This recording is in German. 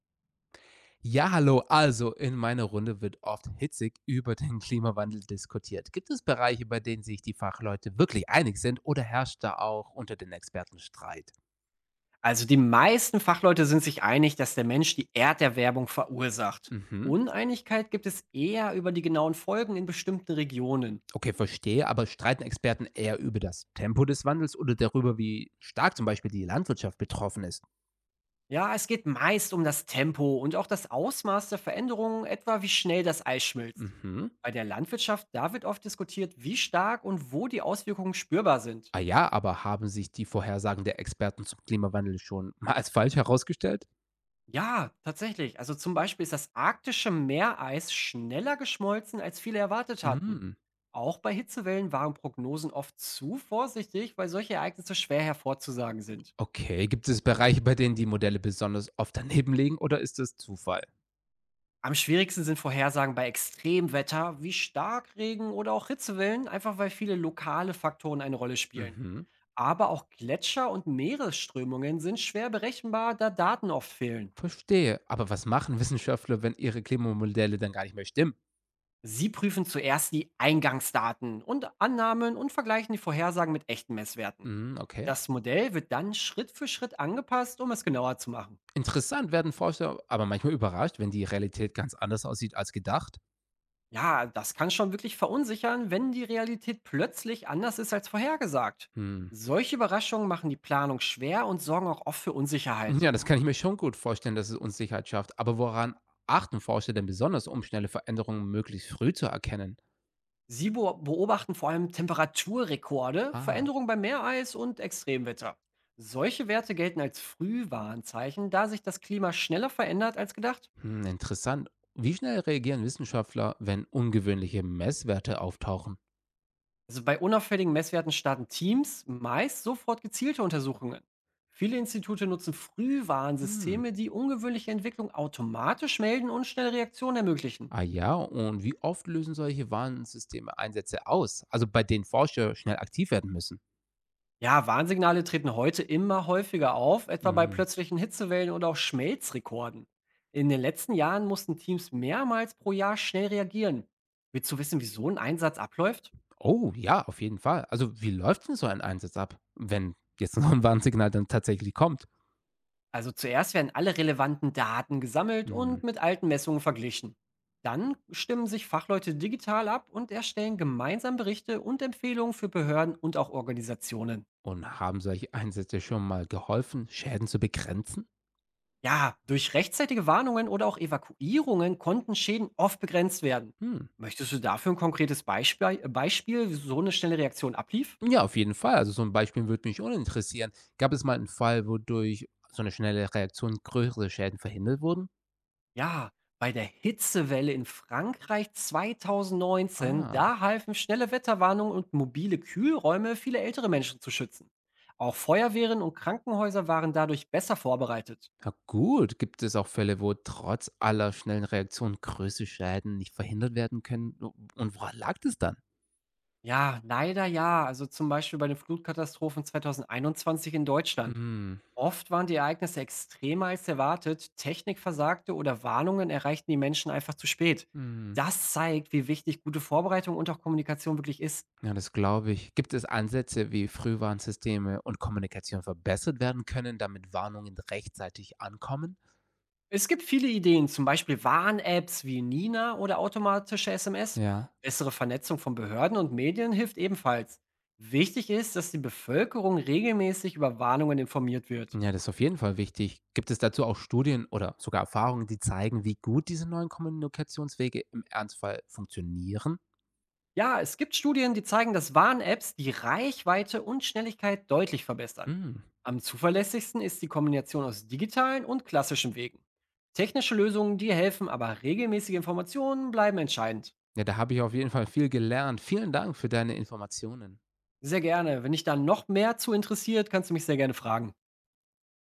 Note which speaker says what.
Speaker 1: Ja, hallo. Also, in meiner Runde wird oft hitzig über den Klimawandel diskutiert. Gibt es Bereiche, bei denen sich die Fachleute wirklich einig sind, oder herrscht da auch unter den Experten Streit?
Speaker 2: Also die meisten Fachleute sind sich einig, dass der Mensch die Erderwärmung verursacht.
Speaker 1: Mhm.
Speaker 2: Uneinigkeit gibt es eher über die genauen Folgen in bestimmten Regionen.
Speaker 1: Okay, verstehe, aber streiten Experten eher über das Tempo des Wandels oder darüber, wie stark zum Beispiel die Landwirtschaft betroffen ist?
Speaker 2: Ja, es geht meist um das Tempo und auch das Ausmaß der Veränderungen, etwa wie schnell das Eis schmilzt.
Speaker 1: Mhm.
Speaker 2: Bei der Landwirtschaft, da wird oft diskutiert, wie stark und wo die Auswirkungen spürbar sind.
Speaker 1: Ah ja, aber haben sich die Vorhersagen der Experten zum Klimawandel schon mal als falsch herausgestellt?
Speaker 2: Ja, tatsächlich. Also zum Beispiel ist das arktische Meereis schneller geschmolzen, als viele erwartet hatten.
Speaker 1: Mhm.
Speaker 2: Auch bei Hitzewellen waren Prognosen oft zu vorsichtig, weil solche Ereignisse schwer hervorzusagen sind.
Speaker 1: Okay, gibt es Bereiche, bei denen die Modelle besonders oft daneben liegen, oder ist das Zufall?
Speaker 2: Am schwierigsten sind Vorhersagen bei Extremwetter wie Starkregen oder auch Hitzewellen, einfach weil viele lokale Faktoren eine Rolle spielen.
Speaker 1: Mhm,
Speaker 2: Aber auch Gletscher und Meeresströmungen sind schwer berechenbar, da Daten oft fehlen.
Speaker 1: verstehe. Aber was machen Wissenschaftler, wenn ihre Klimamodelle dann gar nicht mehr stimmen?
Speaker 2: Sie prüfen zuerst die Eingangsdaten und Annahmen und vergleichen die Vorhersagen mit echten Messwerten.
Speaker 1: Mhm, okay.
Speaker 2: Das Modell wird dann Schritt für Schritt angepasst, um es genauer zu machen.
Speaker 1: Interessant, werden Forscher aber manchmal überrascht, wenn die Realität ganz anders aussieht als gedacht?
Speaker 2: Ja, das kann schon wirklich verunsichern, wenn die Realität plötzlich anders ist als vorhergesagt.
Speaker 1: Hm.
Speaker 2: Solche Überraschungen machen die Planung schwer und sorgen auch oft für Unsicherheit.
Speaker 1: Ja, das kann ich mir schon gut vorstellen, dass es Unsicherheit schafft. Aber woran achten Forscher denn besonders, um schnelle Veränderungen möglichst früh zu erkennen?
Speaker 2: Beobachten vor allem Temperaturrekorde,
Speaker 1: Ah,
Speaker 2: Veränderungen bei Meereis und Extremwetter. Solche Werte gelten als Frühwarnzeichen, da sich das Klima schneller verändert als gedacht.
Speaker 1: hm, interessant. Wie schnell reagieren Wissenschaftler, wenn ungewöhnliche Messwerte auftauchen?
Speaker 2: Also bei unauffälligen Messwerten starten Teams meist sofort gezielte Untersuchungen. Viele Institute nutzen
Speaker 1: Hm.
Speaker 2: Frühwarnsysteme, die ungewöhnliche Entwicklung automatisch melden und schnelle Reaktionen ermöglichen.
Speaker 1: Ah ja, und wie oft lösen solche Warnsysteme Einsätze aus? Also bei denen Forscher schnell aktiv werden müssen.
Speaker 2: Ja, Warnsignale treten heute immer häufiger auf, etwa bei
Speaker 1: Mm.
Speaker 2: plötzlichen Hitzewellen oder auch Schmelzrekorden. In den letzten Jahren mussten Teams mehrmals pro Jahr schnell reagieren. Willst du wissen, wie so ein Einsatz abläuft?
Speaker 1: Oh ja, auf jeden Fall. Also wie läuft denn so ein Einsatz ab, wenn jetzt noch ein Warnsignal dann tatsächlich kommt?
Speaker 2: Also zuerst werden alle relevanten Daten gesammelt
Speaker 1: Mm.
Speaker 2: und mit alten Messungen verglichen. Dann stimmen sich Fachleute digital ab und erstellen gemeinsam Berichte und Empfehlungen für Behörden und auch Organisationen.
Speaker 1: Und haben solche Einsätze schon mal geholfen, Schäden zu begrenzen?
Speaker 2: Ja, durch rechtzeitige Warnungen oder auch Evakuierungen konnten Schäden oft begrenzt werden.
Speaker 1: Hm.
Speaker 2: Möchtest du dafür ein konkretes Beispiel, wie so eine schnelle Reaktion ablief?
Speaker 1: Ja, auf jeden Fall. Also so ein Beispiel würde mich uninteressieren. Gab es mal einen Fall, wodurch so eine schnelle Reaktion größere Schäden verhindert wurden?
Speaker 2: Ja, bei der Hitzewelle in Frankreich 2019,
Speaker 1: Ah,
Speaker 2: da halfen schnelle Wetterwarnungen und mobile Kühlräume, viele ältere Menschen zu schützen. Auch Feuerwehren und Krankenhäuser waren dadurch besser vorbereitet.
Speaker 1: ja gut, gibt es auch Fälle, wo trotz aller schnellen Reaktionen größere Schäden nicht verhindert werden können? Und woran lag das dann?
Speaker 2: Ja, leider ja. Also zum Beispiel bei den Flutkatastrophen 2021 in Deutschland.
Speaker 1: Mhm.
Speaker 2: Oft waren die Ereignisse extremer als erwartet, Technik versagte oder Warnungen erreichten die Menschen einfach zu spät.
Speaker 1: Mhm.
Speaker 2: Das zeigt, wie wichtig gute Vorbereitung und auch Kommunikation wirklich ist.
Speaker 1: Ja, das glaube ich. Gibt es Ansätze, wie Frühwarnsysteme und Kommunikation verbessert werden können, damit Warnungen rechtzeitig ankommen?
Speaker 2: Es gibt viele Ideen, zum Beispiel Warn-Apps wie Nina oder automatische SMS.
Speaker 1: Ja.
Speaker 2: Bessere Vernetzung von Behörden und Medien hilft ebenfalls. Wichtig ist, dass die Bevölkerung regelmäßig über Warnungen informiert wird.
Speaker 1: Ja, das ist auf jeden Fall wichtig. Gibt es dazu auch Studien oder sogar Erfahrungen, die zeigen, wie gut diese neuen Kommunikationswege im Ernstfall funktionieren?
Speaker 2: Ja, es gibt Studien, die zeigen, dass Warn-Apps die Reichweite und Schnelligkeit deutlich verbessern.
Speaker 1: Mhm.
Speaker 2: Am zuverlässigsten ist die Kombination aus digitalen und klassischen Wegen. Technische Lösungen, die helfen, aber regelmäßige Informationen bleiben entscheidend.
Speaker 1: Ja, da habe ich auf jeden Fall viel gelernt. Vielen Dank für deine Informationen.
Speaker 2: Sehr gerne. Wenn dich da noch mehr zu interessiert, kannst du mich sehr gerne fragen.